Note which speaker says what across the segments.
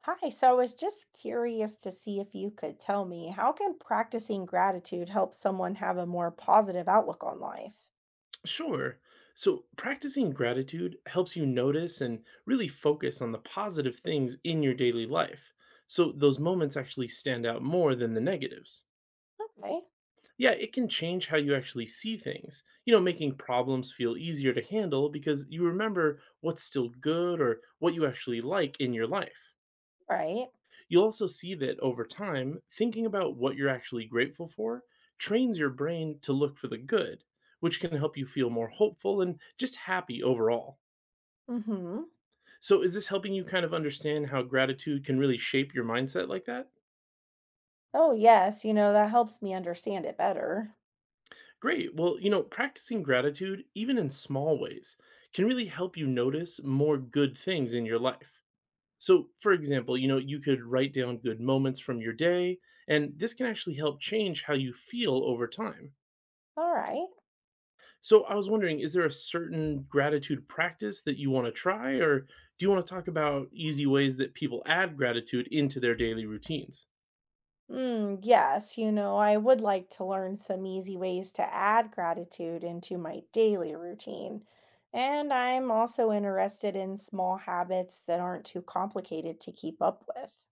Speaker 1: Hi, so I was just curious to see if you could tell me how can practicing gratitude help someone have a more positive outlook on life?
Speaker 2: Sure. So, practicing gratitude helps you notice and really focus on the positive things in your daily life. So, those moments actually stand out more than the negatives.
Speaker 1: Okay,
Speaker 2: Yeah, it can change how you actually see things, you know, making problems feel easier to handle because you remember what's still good or what you actually like in your life.
Speaker 1: right.
Speaker 2: You'll also see that over time, thinking about what you're actually grateful for trains your brain to look for the good, which can help you feel more hopeful and just happy overall.
Speaker 1: Mm-hmm.
Speaker 2: So, is this helping you kind of understand how gratitude can really shape your mindset like that?
Speaker 1: Oh, yes, that helps me understand it better.
Speaker 2: Great. Well, you know, practicing gratitude, even in small ways, can really help you notice more good things in your life. So, for example, you could write down good moments from your day, and this can actually help change how you feel over time.
Speaker 1: All right.
Speaker 2: So I was wondering, is there a certain gratitude practice that you want to try, or do you want to talk about easy ways that people add gratitude into their daily routines?
Speaker 1: Yes, I would like to learn some easy ways to add gratitude into my daily routine. And I'm also interested in small habits that aren't too complicated to keep up with.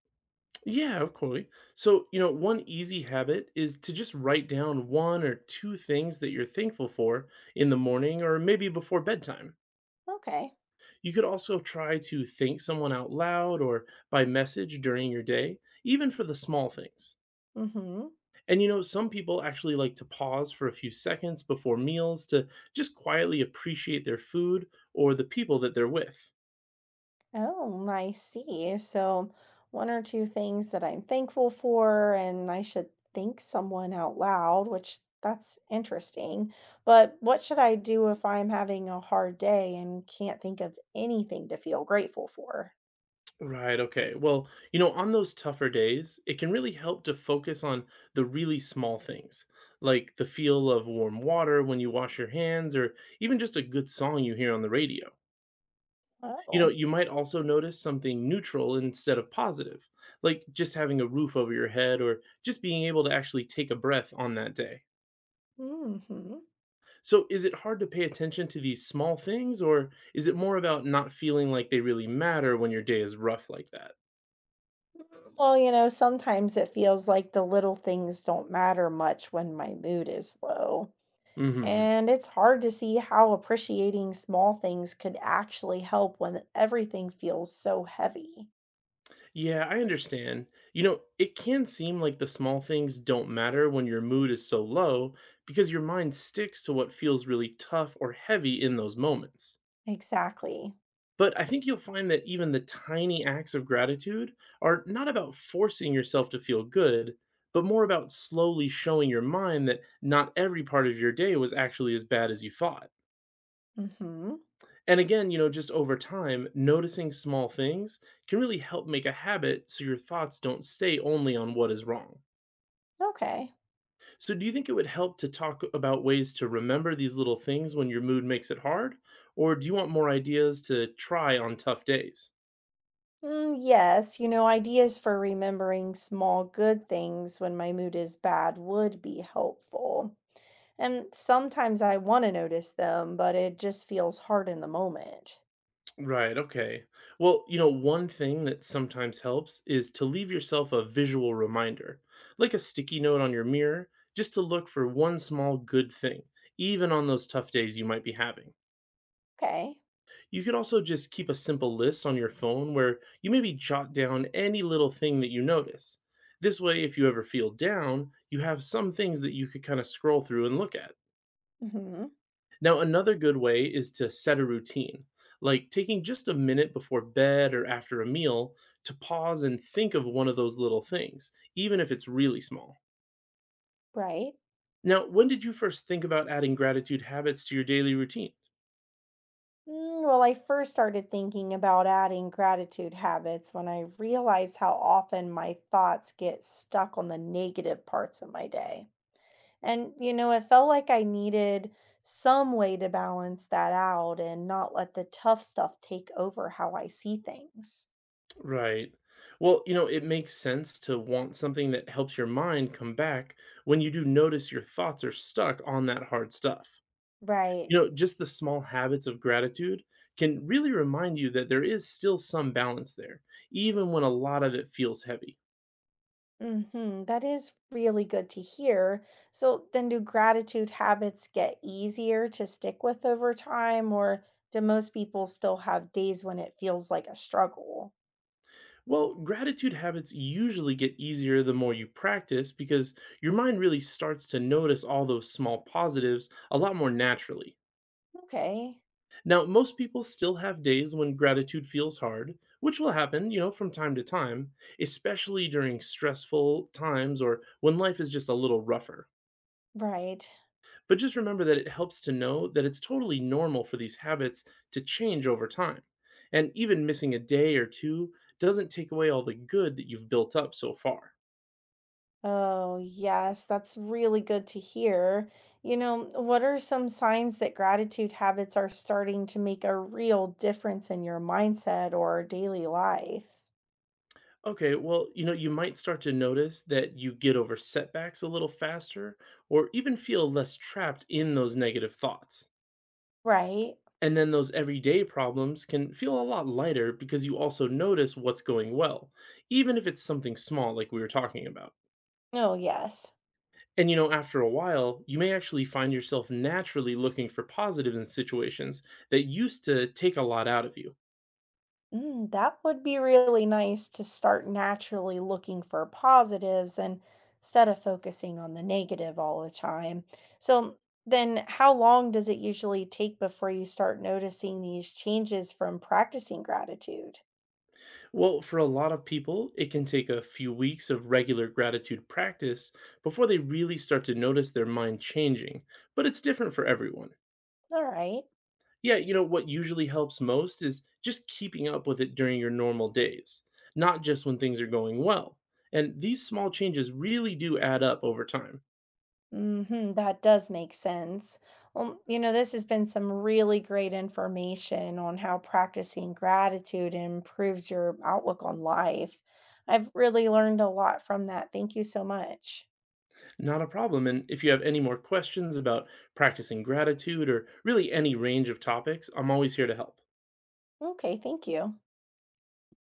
Speaker 2: Yeah, of course. So, one easy habit is to just write down one or two things that you're thankful for in the morning or maybe before bedtime.
Speaker 1: Okay.
Speaker 2: You could also try to thank someone out loud or by message during your day, even for the small things.
Speaker 1: Mm-hmm.
Speaker 2: And you know, some people actually like to pause for a few seconds before meals to just quietly appreciate their food or the people that they're with.
Speaker 1: Oh, I see. So, one or two things that I'm thankful for, and I should thank someone out loud, which that's interesting. But what should I do if I'm having a hard day and can't think of anything to feel grateful for?
Speaker 2: Right, okay. Well, on those tougher days, it can really help to focus on the really small things, like the feel of warm water when you wash your hands, or even just a good song you hear on the radio. You know,
Speaker 1: Oh,
Speaker 2: you might also notice something neutral instead of positive, like just having a roof over your head or just being able to actually take a breath on that day.
Speaker 1: hmm
Speaker 2: So is it hard to pay attention to these small things or is it more about not feeling like they really matter when your day is rough like that?
Speaker 1: well, sometimes it feels like the little things don't matter much when my mood is low.
Speaker 2: Mhm.
Speaker 1: And it's hard to see how appreciating small things could actually help when everything feels so heavy.
Speaker 2: Yeah, I understand. You know, it can seem like the small things don't matter when your mood is so low because your mind sticks to what feels really tough or heavy in those moments.
Speaker 1: Exactly.
Speaker 2: But I think you'll find that even the tiny acts of gratitude are not about forcing yourself to feel good, but more about slowly showing your mind that not every part of your day was actually as bad as you thought.
Speaker 1: Mhm.
Speaker 2: And again, just over time, noticing small things can really help make a habit so your thoughts don't stay only on what is wrong.
Speaker 1: Okay.
Speaker 2: So, do you think it would help to talk about ways to remember these little things when your mood makes it hard? Or do you want more ideas to try on tough days?
Speaker 1: Yes, ideas for remembering small good things when my mood is bad would be helpful. And sometimes I want to notice them, but it just feels hard in the moment.
Speaker 2: Right, okay. Well, one thing that sometimes helps is to leave yourself a visual reminder, like a sticky note on your mirror, just to look for one small good thing, even on those tough days you might be having.
Speaker 1: Okay.
Speaker 2: You could also just keep a simple list on your phone where you maybe jot down any little thing that you notice. This way, if you ever feel down, you have some things that you could kind of scroll through and look at.
Speaker 1: Mhm.
Speaker 2: Now, another good way is to set a routine, like taking just a minute before bed or after a meal to pause and think of one of those little things, even if it's really small.
Speaker 1: Right.
Speaker 2: Now, when did you first think about adding gratitude habits to your daily routine?
Speaker 1: Well, I first started thinking about adding gratitude habits when I realized how often my thoughts get stuck on the negative parts of my day. And, it felt like I needed some way to balance that out and not let the tough stuff take over how I see things.
Speaker 2: Right. Well, it makes sense to want something that helps your mind come back when you do notice your thoughts are stuck on that hard stuff.
Speaker 1: Right.
Speaker 2: You know, just the small habits of gratitude can really remind you that there is still some balance there, even when a lot of it feels heavy.
Speaker 1: Mm-hmm. That is really good to hear. So then do gratitude habits get easier to stick with over time, or do most people still have days when it feels like a struggle?
Speaker 2: Well, gratitude habits usually get easier the more you practice because your mind really starts to notice all those small positives a lot more naturally.
Speaker 1: Okay.
Speaker 2: Now, most people still have days when gratitude feels hard, which will happen, from time to time, especially during stressful times or when life is just a little rougher.
Speaker 1: Right.
Speaker 2: But just remember that it helps to know that it's totally normal for these habits to change over time. And even missing a day or two doesn't take away all the good that you've built up so far.
Speaker 1: Oh, yes, that's really good to hear. What are some signs that gratitude habits are starting to make a real difference in your mindset or daily life?
Speaker 2: Okay, well, you might start to notice that you get over setbacks a little faster or even feel less trapped in those negative thoughts.
Speaker 1: Right.
Speaker 2: And then those everyday problems can feel a lot lighter because you also notice what's going well, even if it's something small like we were talking about.
Speaker 1: Oh, yes.
Speaker 2: And, after a while, you may actually find yourself naturally looking for positives in situations that used to take a lot out of you.
Speaker 1: That would be really nice to start naturally looking for positives and instead of focusing on the negative all the time. So then how long does it usually take before you start noticing these changes from practicing gratitude?
Speaker 2: Well, for a lot of people, it can take a few weeks of regular gratitude practice before they really start to notice their mind changing, but it's different for everyone.
Speaker 1: All right.
Speaker 2: Yeah, what usually helps most is just keeping up with it during your normal days, not just when things are going well. And these small changes really do add up over time.
Speaker 1: Mm-hmm, that does make sense. Well, this has been some really great information on how practicing gratitude improves your outlook on life. I've really learned a lot from that. Thank you so much.
Speaker 2: Not a problem. And if you have any more questions about practicing gratitude or really any range of topics, I'm always here to help.
Speaker 1: Okay, thank you.